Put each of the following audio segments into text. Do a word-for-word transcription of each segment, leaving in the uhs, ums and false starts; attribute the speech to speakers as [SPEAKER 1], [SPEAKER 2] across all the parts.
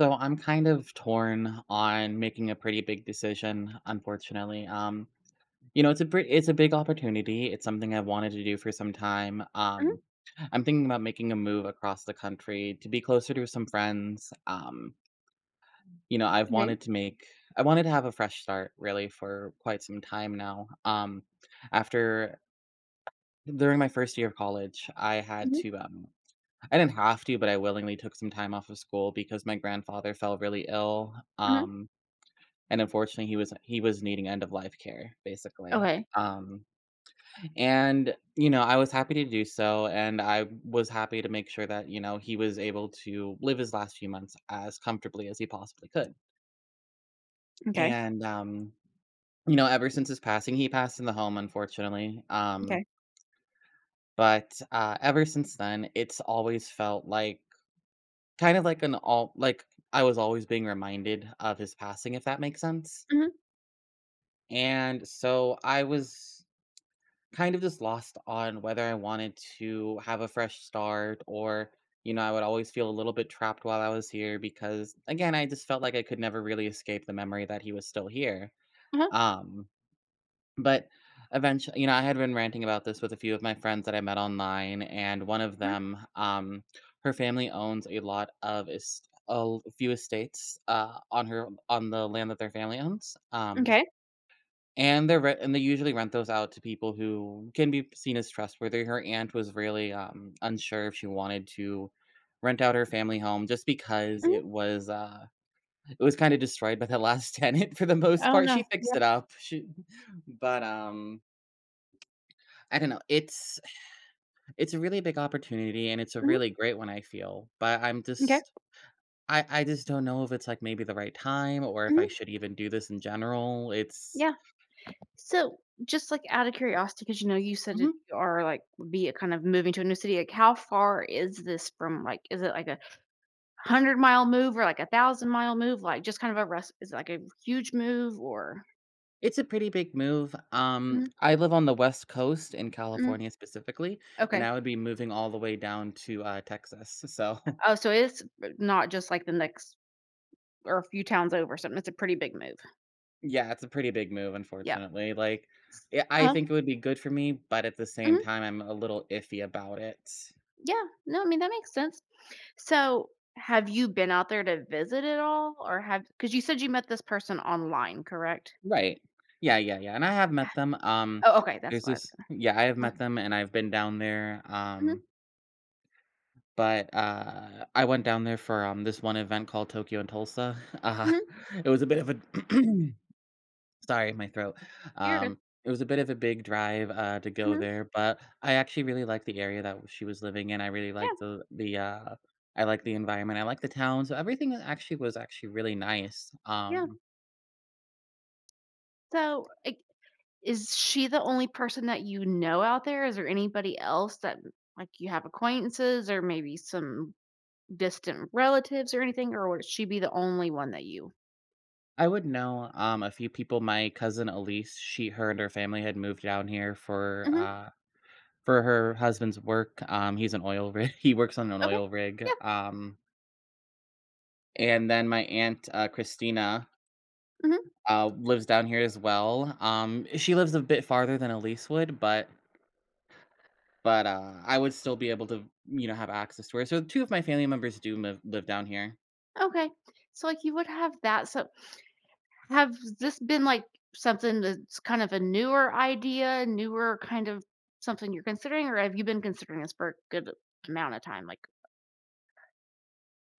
[SPEAKER 1] So I'm kind of torn on making a pretty big decision, unfortunately. Um, you know, it's a pretty, it's a big opportunity. It's something I've wanted to do for some time.
[SPEAKER 2] Mhm,
[SPEAKER 1] Um, I'm thinking about making a move across the country to be closer to some friends. Um, you know, I've
[SPEAKER 2] okay.
[SPEAKER 1] wanted to make I wanted to have a fresh start really for quite some time now. Um, after During my first year of college, I had
[SPEAKER 2] Mhm,
[SPEAKER 1] to um I didn't have to, but I willingly took some time off of school because my grandfather fell really ill.
[SPEAKER 2] mhm.
[SPEAKER 1] Um, and unfortunately he was he was needing end of life care basically.
[SPEAKER 2] Okay,
[SPEAKER 1] Um, and, you know, I was happy to do so, and I was happy to make sure that, you know, he was able to live his last few months as comfortably as he possibly could.
[SPEAKER 2] okay,
[SPEAKER 1] And, um, you know, ever since his passing, he passed in the home, unfortunately. um,
[SPEAKER 2] okay.
[SPEAKER 1] but, uh, ever since then, it's always felt like kind of like an all like I was always being reminded of his passing, if that makes sense.
[SPEAKER 2] Mhm,
[SPEAKER 1] And so I was kind of just lost on whether I wanted to have a fresh start, or, you know, I would always feel a little bit trapped while I was here because, again, I just felt like I could never really escape the memory that he was still here.
[SPEAKER 2] uh-huh,
[SPEAKER 1] Um, but eventually, you know, I had been ranting about this with a few of my friends that I met online, and one of
[SPEAKER 2] mhm,
[SPEAKER 1] them, um, her family owns a lot of est- a l- few estates, uh, on her on the land that their family owns. Um,
[SPEAKER 2] m'kay.
[SPEAKER 1] and they're re and they usually rent those out to people who can be seen as trustworthy. Her aunt was really, um, unsure if she wanted to rent out her family home just because
[SPEAKER 2] Mhm.
[SPEAKER 1] it was, uh it was kinda destroyed by the last tenant for the most
[SPEAKER 2] Oh,
[SPEAKER 1] part. She
[SPEAKER 2] no. Yeah.
[SPEAKER 1] fixed it up. She but, um, I don't know. It's it's a really big opportunity, and it's a
[SPEAKER 2] Mhm,
[SPEAKER 1] really great one, I feel, but I'm
[SPEAKER 2] okay.
[SPEAKER 1] just I I just don't know if it's, like, maybe the right time or if
[SPEAKER 2] Mhm,
[SPEAKER 1] I should even do this in general. It's
[SPEAKER 2] yeah. So, just, like, out of curiosity, because you know, you said that
[SPEAKER 1] Mhm.
[SPEAKER 2] you are, like, would be a kind of moving to a new city, like, how far is this from, like is it, like, a hundred-mile move or, like, a thousand-mile move? Like, just kind of a rest is it, like, a huge move or
[SPEAKER 1] It's a pretty big move. um,
[SPEAKER 2] mhm,
[SPEAKER 1] I live on the West Coast, in
[SPEAKER 2] mhm,
[SPEAKER 1] California specifically, and
[SPEAKER 2] okay.
[SPEAKER 1] I would be moving all the way down to, uh, Texas, so
[SPEAKER 2] Oh, so it's not just, like, the next or a few towns over or something, it's a pretty big move.
[SPEAKER 1] yeah, it's a pretty big move,
[SPEAKER 2] Yeah.
[SPEAKER 1] unfortunately. Like, yeah, I
[SPEAKER 2] Uh-huh,
[SPEAKER 1] think it would be good for me, but at the same
[SPEAKER 2] mhm.
[SPEAKER 1] time, I'm a little iffy about it.
[SPEAKER 2] Yeah. No, I mean, that makes sense. So, have you been out there to visit at all or have because you said you met this person online, correct?
[SPEAKER 1] Right. Yeah, yeah, yeah, and I have
[SPEAKER 2] Ah,
[SPEAKER 1] met them. Um,
[SPEAKER 2] oh, okay, that's
[SPEAKER 1] there's
[SPEAKER 2] why I was
[SPEAKER 1] this
[SPEAKER 2] gonna
[SPEAKER 1] Yeah, I have met them, and I've been down there,
[SPEAKER 2] mhm,
[SPEAKER 1] um, but, uh, I went down there for, um, this one event called Tokyo and Tulsa, uh,
[SPEAKER 2] mhm,
[SPEAKER 1] it was a bit of a Sorry, my throat.
[SPEAKER 2] you're good.
[SPEAKER 1] Um, it was a bit of a big drive, uh, to go
[SPEAKER 2] Mhm,
[SPEAKER 1] there, but I actually really liked the area that she was living in. I really
[SPEAKER 2] yeah,
[SPEAKER 1] liked the the uh, I like the environment. I like the town. So everything actually was actually really nice.
[SPEAKER 2] yeah.
[SPEAKER 1] Um,
[SPEAKER 2] So, like, is she the only person that you know out there? Is there anybody else that, like, you have acquaintances or maybe some distant relatives or anything, or would she be the only one that you
[SPEAKER 1] I would know, um, a few people. My cousin Elise, she her and her family had moved down here for,
[SPEAKER 2] mhm,
[SPEAKER 1] uh, for her husband's work. Um, he's an oil rig. He works on an
[SPEAKER 2] okay.
[SPEAKER 1] oil rig.
[SPEAKER 2] Yeah,
[SPEAKER 1] Um, and then my aunt, uh, Christina,
[SPEAKER 2] mhm,
[SPEAKER 1] uh, lives down here as well. Um, she lives a bit farther than Elise would, but but uh, I would still be able to, you know, have access to her. So two of my family members do live live down here.
[SPEAKER 2] okay. So, like, you would have that, so have this been, like, something that's kind of a newer idea, newer kind of something you're considering, or have you been considering this for a good amount of time? Like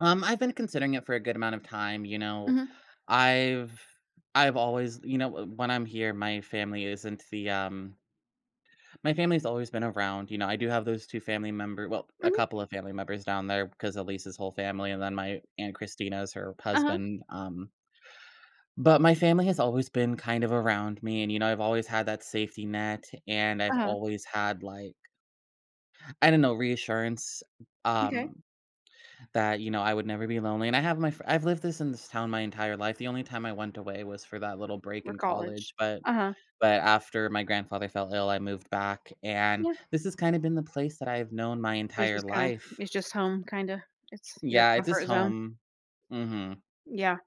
[SPEAKER 1] Um, I've been considering it for a good amount of time. You know,
[SPEAKER 2] mhm,
[SPEAKER 1] I've I've always you know when I'm here, my family isn't the um my family's always been around. You know, I do have those two family member, well, a
[SPEAKER 2] mhm,
[SPEAKER 1] couple of family members down there because Elise's whole family, and then my aunt Christina's her
[SPEAKER 2] uh-huh,
[SPEAKER 1] husband. Um, But my family has always been kind of around me, and, you know, I've always had that safety net, and I've
[SPEAKER 2] uh-huh,
[SPEAKER 1] always had, like, I don't know, reassurance,
[SPEAKER 2] okay,
[SPEAKER 1] um, that, you know, I would never be lonely, and I have my fr I've lived this in this town my entire life. The only time I went away was for that little break
[SPEAKER 2] we're
[SPEAKER 1] in
[SPEAKER 2] college.
[SPEAKER 1] college, but
[SPEAKER 2] Uh-huh,
[SPEAKER 1] but after my grandfather fell ill, I moved back, and
[SPEAKER 2] yeah.
[SPEAKER 1] this has kinda been the place that I've known my
[SPEAKER 2] So it's
[SPEAKER 1] entire
[SPEAKER 2] just kinda
[SPEAKER 1] life.
[SPEAKER 2] it's just home, kinda. It's your
[SPEAKER 1] Yeah, it's just
[SPEAKER 2] comfort zone.
[SPEAKER 1] home. Mhm.
[SPEAKER 2] Yeah.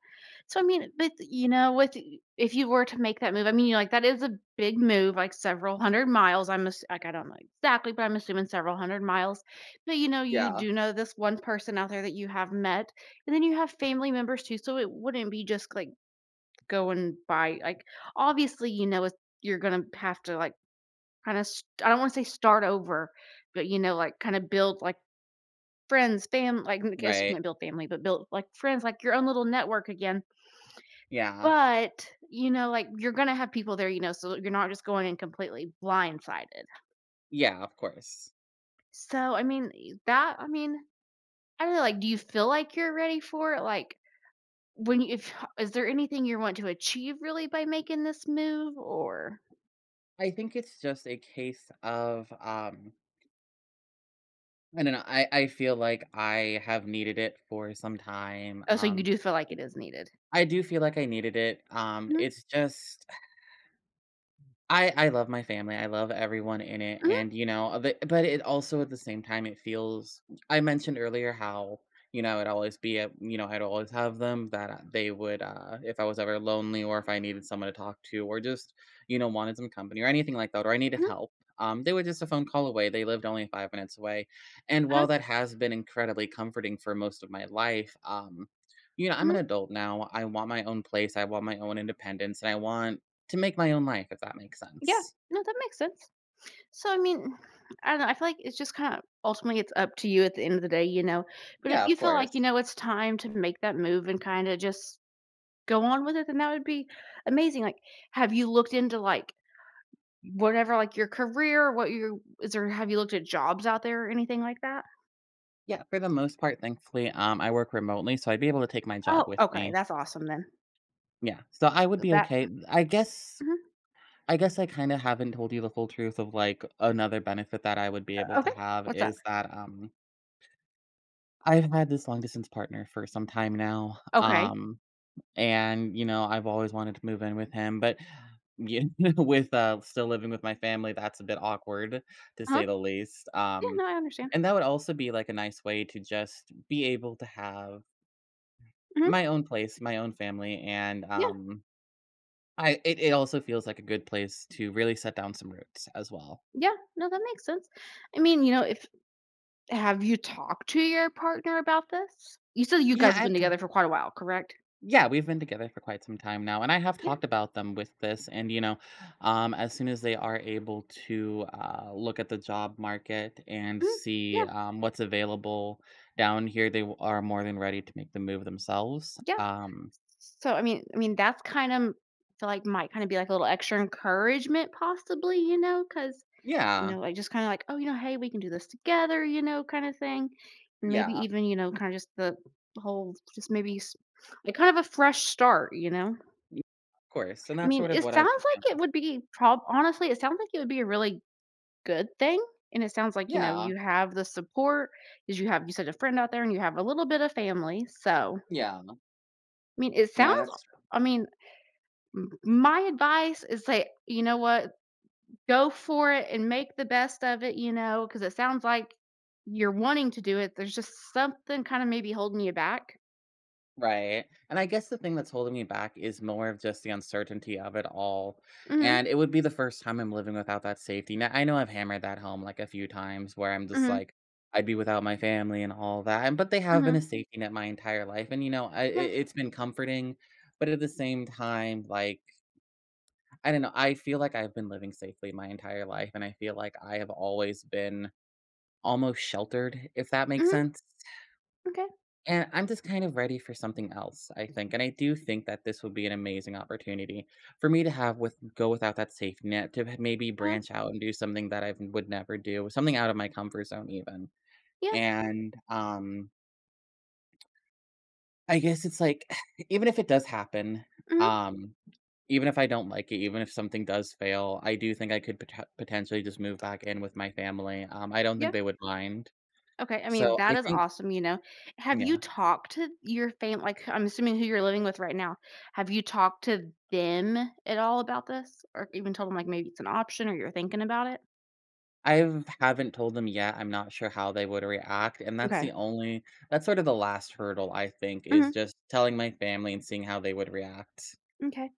[SPEAKER 2] So, I mean, but, you know, with if you were to make that move, I mean, you know, like, that is a big move, like, several one hundred miles, I'm ass like, I don't know exactly, but I'm assuming several one hundred miles, but, you know, you
[SPEAKER 1] Yeah.
[SPEAKER 2] do know this one person out there that you have met, and then you have family members too, so it wouldn't be just, like, going by like, obviously, you know, it's you're gonna have to, like, kinda I I don't wanna say start over, but, you know, like, kinda build, like, friends, fam like, I guess you
[SPEAKER 1] Right.
[SPEAKER 2] can't build family, but build, like, friends, like, your own little network again
[SPEAKER 1] Yeah.
[SPEAKER 2] but, you know, like, you're gonna have people there, you know, so you're not just going in completely blindsided.
[SPEAKER 1] Yeah, of course.
[SPEAKER 2] So, I mean, that I mean, I really like, do you feel like you're ready for it? Like, when you if is there anything you want to achieve really by making this move or
[SPEAKER 1] I think it's just a case of, um I don't know. I, I feel like I have needed it for some time.
[SPEAKER 2] oh, so you
[SPEAKER 1] Um
[SPEAKER 2] do feel like it is needed.
[SPEAKER 1] I do feel like I needed it. Um
[SPEAKER 2] Mhm,
[SPEAKER 1] it's just I I love my family, I love everyone in it,
[SPEAKER 2] mhm,
[SPEAKER 1] and, you know, uh, the but it also at the same time, it feels I mentioned earlier how, you know, I'd always be at you know, I'd always have them that, uh, they would, uh, if I was ever lonely or if I needed someone to talk to or just, you know, wanted some company or anything like that, or I needed
[SPEAKER 2] mhm,
[SPEAKER 1] help, um, they were just a phone call away. They lived only five minutes away, and
[SPEAKER 2] uh-huh,
[SPEAKER 1] while that has been incredibly comforting for most of my life, um, you know, I'm an
[SPEAKER 2] mhm,
[SPEAKER 1] adult now, I want my own place, I want my own independence, and I want to make my own life, if that makes
[SPEAKER 2] yeah.
[SPEAKER 1] sense.
[SPEAKER 2] No, that makes sense. So, I mean, I don't know, I feel like it's just kinda ultimately, it's up to you at the end of the day, you know? But if
[SPEAKER 1] Yeah,
[SPEAKER 2] you
[SPEAKER 1] of
[SPEAKER 2] feel
[SPEAKER 1] course.
[SPEAKER 2] like, you know, it's time to make that move and kinda just go on with it, then that would be amazing, like, have you looked into, like, whatever, like, your career, what you is there have you looked at jobs out there or anything like that?
[SPEAKER 1] Yeah, for the most part, thankfully, um, I work remotely, so I'd be able to take my job
[SPEAKER 2] Oh,
[SPEAKER 1] with
[SPEAKER 2] okay,
[SPEAKER 1] me.
[SPEAKER 2] that's awesome then.
[SPEAKER 1] Yeah, so I would
[SPEAKER 2] Uh,
[SPEAKER 1] be
[SPEAKER 2] That
[SPEAKER 1] okay. I guess
[SPEAKER 2] mhm,
[SPEAKER 1] I guess I kinda haven't told you the full truth of, like, another benefit that I would be able to
[SPEAKER 2] okay,
[SPEAKER 1] have
[SPEAKER 2] what's up?
[SPEAKER 1] is that, um, I've had this long distance partner for some time now.
[SPEAKER 2] Okay,
[SPEAKER 1] um And, you know, I've always wanted to move in with him, but you know, with, uh, still living with my family, that's a bit awkward, to
[SPEAKER 2] uh-huh,
[SPEAKER 1] say the least.
[SPEAKER 2] yeah,
[SPEAKER 1] Um,
[SPEAKER 2] no, I understand.
[SPEAKER 1] and that would also be like a nice way to just be able to have
[SPEAKER 2] Mhm,
[SPEAKER 1] my own place, my own family, and,
[SPEAKER 2] yeah,
[SPEAKER 1] um, I it, it also feels like a good place to really set down some roots as well.
[SPEAKER 2] yeah, no, that makes sense. I mean, you know, if have you talked to your partner about this? You said you
[SPEAKER 1] Yeah.
[SPEAKER 2] guys have been together for quite a while, correct?
[SPEAKER 1] Yeah, we've been together for quite some time now, and I have
[SPEAKER 2] Yeah,
[SPEAKER 1] talked about them with this. And, you know, um, as soon as they are able to, uh, look at the job market and
[SPEAKER 2] mhm,
[SPEAKER 1] see,
[SPEAKER 2] yeah,
[SPEAKER 1] um, what's available down here, they w- are more than ready to make the move themselves.
[SPEAKER 2] yeah.
[SPEAKER 1] Um,
[SPEAKER 2] So, I mean I mean, that's kind of I feel like might kinda be like a little extra encouragement possibly, you know, because you
[SPEAKER 1] yeah,
[SPEAKER 2] know, like, just kinda like, "Oh, you know, hey, we can do this together," you know, kinda thing. And maybe
[SPEAKER 1] yeah,
[SPEAKER 2] even, you know, kinda just the whole just maybe s like, kind of a fresh start, you know?
[SPEAKER 1] y- of course, and
[SPEAKER 2] I
[SPEAKER 1] that's
[SPEAKER 2] mean,
[SPEAKER 1] sort of
[SPEAKER 2] it
[SPEAKER 1] what I've been
[SPEAKER 2] sounds like it
[SPEAKER 1] feeling.
[SPEAKER 2] would be prob honestly, it sounds like it would be a really good thing, and it sounds like, you know,
[SPEAKER 1] Yeah,
[SPEAKER 2] you have the support, support 'cause you have you said a friend out there and you have a little bit of family, so,
[SPEAKER 1] yeah,
[SPEAKER 2] I mean, it
[SPEAKER 1] yeah.
[SPEAKER 2] sounds
[SPEAKER 1] That's
[SPEAKER 2] I mean, M my advice is say, "You know what? Go for it and make the best of it," you know, because it sounds like you're wanting to do it. There's just something kinda maybe holding you back.
[SPEAKER 1] Right, and I guess the thing that's holding me back is more of just the uncertainty of it all,
[SPEAKER 2] Mhm,
[SPEAKER 1] and it would be the first time I'm living without that safety net. I know I've hammered that home, like, a few times where I'm just
[SPEAKER 2] mhm,
[SPEAKER 1] like, "I'd be without my family and all that," and but they have been a
[SPEAKER 2] mhm.
[SPEAKER 1] safety net my entire life, and, you know, I
[SPEAKER 2] Yeah,
[SPEAKER 1] it it's been comforting, but at the same time, like, I don't know, I feel like I've been living safely my entire life, and I feel like I have always been almost sheltered, if that makes
[SPEAKER 2] mhm,
[SPEAKER 1] sense?
[SPEAKER 2] okay,
[SPEAKER 1] And I'm just kind of ready for something else, I think, and I do think that this would be an amazing opportunity for me to have with go without that safety net, to maybe
[SPEAKER 2] uh-huh,
[SPEAKER 1] branch out and do something that I would never do, something out of my comfort zone even.
[SPEAKER 2] yeah,
[SPEAKER 1] And, um, I guess it's like, even if it does happen,
[SPEAKER 2] mhm,
[SPEAKER 1] um, even if I don't like it, even if something does fail, I do think I could pot potentially just move back in with my family. Um, I don't
[SPEAKER 2] yeah.
[SPEAKER 1] think they would mind.
[SPEAKER 2] Okay, I mean,
[SPEAKER 1] So
[SPEAKER 2] that
[SPEAKER 1] I
[SPEAKER 2] is
[SPEAKER 1] think
[SPEAKER 2] awesome, you know. Have you
[SPEAKER 1] Yeah.
[SPEAKER 2] talked to your fam like, I'm assuming who you're living with right now. Have you talked to them at all about this? Or even told them like, maybe it's an option or you're thinking about it?
[SPEAKER 1] I haven't told them yet, I'm not sure how they would react, and that's
[SPEAKER 2] Okay.
[SPEAKER 1] the only that's sort of the last hurdle, I think, is
[SPEAKER 2] Mhm.
[SPEAKER 1] just telling my family and seeing how they would react.
[SPEAKER 2] Okay,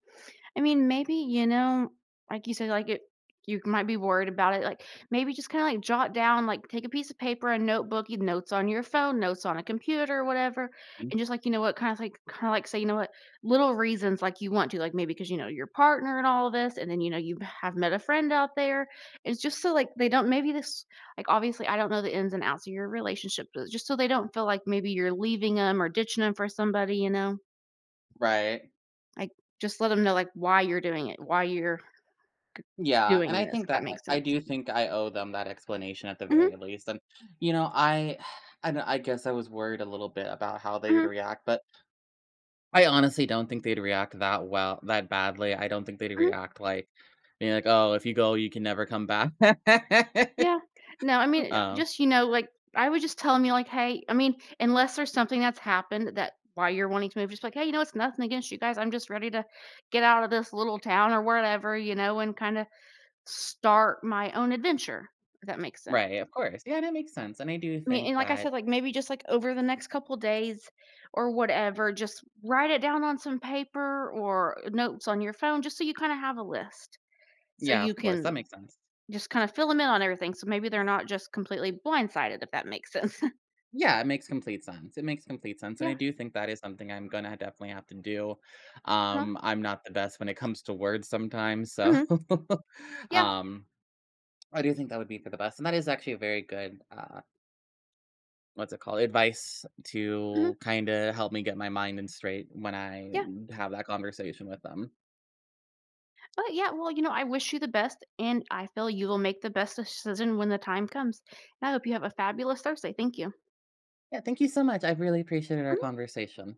[SPEAKER 2] I mean, maybe, you know, like you said, like, it you might be worried about it, like, maybe just kinda, like, jot down, like, take a piece of paper, a notebook, you notes on your phone, notes on a computer, whatever,
[SPEAKER 1] Mhm.
[SPEAKER 2] and just, like, you know what, kinda, like kinda, like, say, you know what, little reasons, like, you want to, like, maybe because you know, your partner and all of this, and then, you know, you have met a friend out there. It's just so, like, they don't maybe this like, obviously, I don't know the ins and outs of your relationship, but just so they don't feel like maybe you're leaving leaving them or ditching them for somebody, you know?
[SPEAKER 1] Right.
[SPEAKER 2] Like, just let them know, like, why you're doing it, why you're
[SPEAKER 1] Yeah, and
[SPEAKER 2] doing
[SPEAKER 1] I
[SPEAKER 2] this,
[SPEAKER 1] think
[SPEAKER 2] if that
[SPEAKER 1] that
[SPEAKER 2] makes
[SPEAKER 1] I I
[SPEAKER 2] sense.
[SPEAKER 1] do think I owe them that explanation at the
[SPEAKER 2] Mhm,
[SPEAKER 1] very least, and, you know, I—I guess I was worried a little bit about how they would
[SPEAKER 2] mhm,
[SPEAKER 1] react, but I honestly don't think they'd react that well that badly. I don't think they'd
[SPEAKER 2] mhm,
[SPEAKER 1] react like being like, "Oh, if you go, you can never come back."
[SPEAKER 2] yeah. No, I mean, uh,
[SPEAKER 1] Um,
[SPEAKER 2] just, you know, like, I would just tell them you like, "Hey" I mean, unless there's something that's happened that why you're wanting to move, just like, "Hey, you know, it's nothing against you guys, I'm just ready to get out of this little town or whatever you know, and kinda start my own adventure," if that makes sense.
[SPEAKER 1] right, of course. Yeah, that makes sense, and I do
[SPEAKER 2] I mean, and
[SPEAKER 1] think
[SPEAKER 2] like I said,
[SPEAKER 1] that
[SPEAKER 2] like, maybe just, like, over the next couple days or whatever, just write it down on some paper or uh, notes on your phone just so you kinda have a list, so
[SPEAKER 1] yeah,
[SPEAKER 2] you
[SPEAKER 1] of course,
[SPEAKER 2] can
[SPEAKER 1] that makes sense.
[SPEAKER 2] just kinda fill fill them in on everything, so maybe they're not just completely blindsided, if that makes sense.
[SPEAKER 1] Yeah, it makes complete sense. It makes complete sense, and
[SPEAKER 2] Yeah,
[SPEAKER 1] I do think that is something I'm gonna definitely have to do.
[SPEAKER 2] uh-huh,
[SPEAKER 1] Um, I'm not the best when it comes to words sometimes, so,
[SPEAKER 2] mhm, yeah,
[SPEAKER 1] um, I do think that would be for the best, and that is actually a very good, uh, what's it called, advice
[SPEAKER 2] mhm,
[SPEAKER 1] to kinda help me get my mind in straight when
[SPEAKER 2] yeah.
[SPEAKER 1] I have that conversation with them.
[SPEAKER 2] But, yeah, well, you know, I wish you the best, and I feel you will make the best decision when the time comes, and I hope you have a fabulous Thursday. Thank you.
[SPEAKER 1] Yeah, thank you so much. I really appreciated our
[SPEAKER 2] Mhm.
[SPEAKER 1] conversation.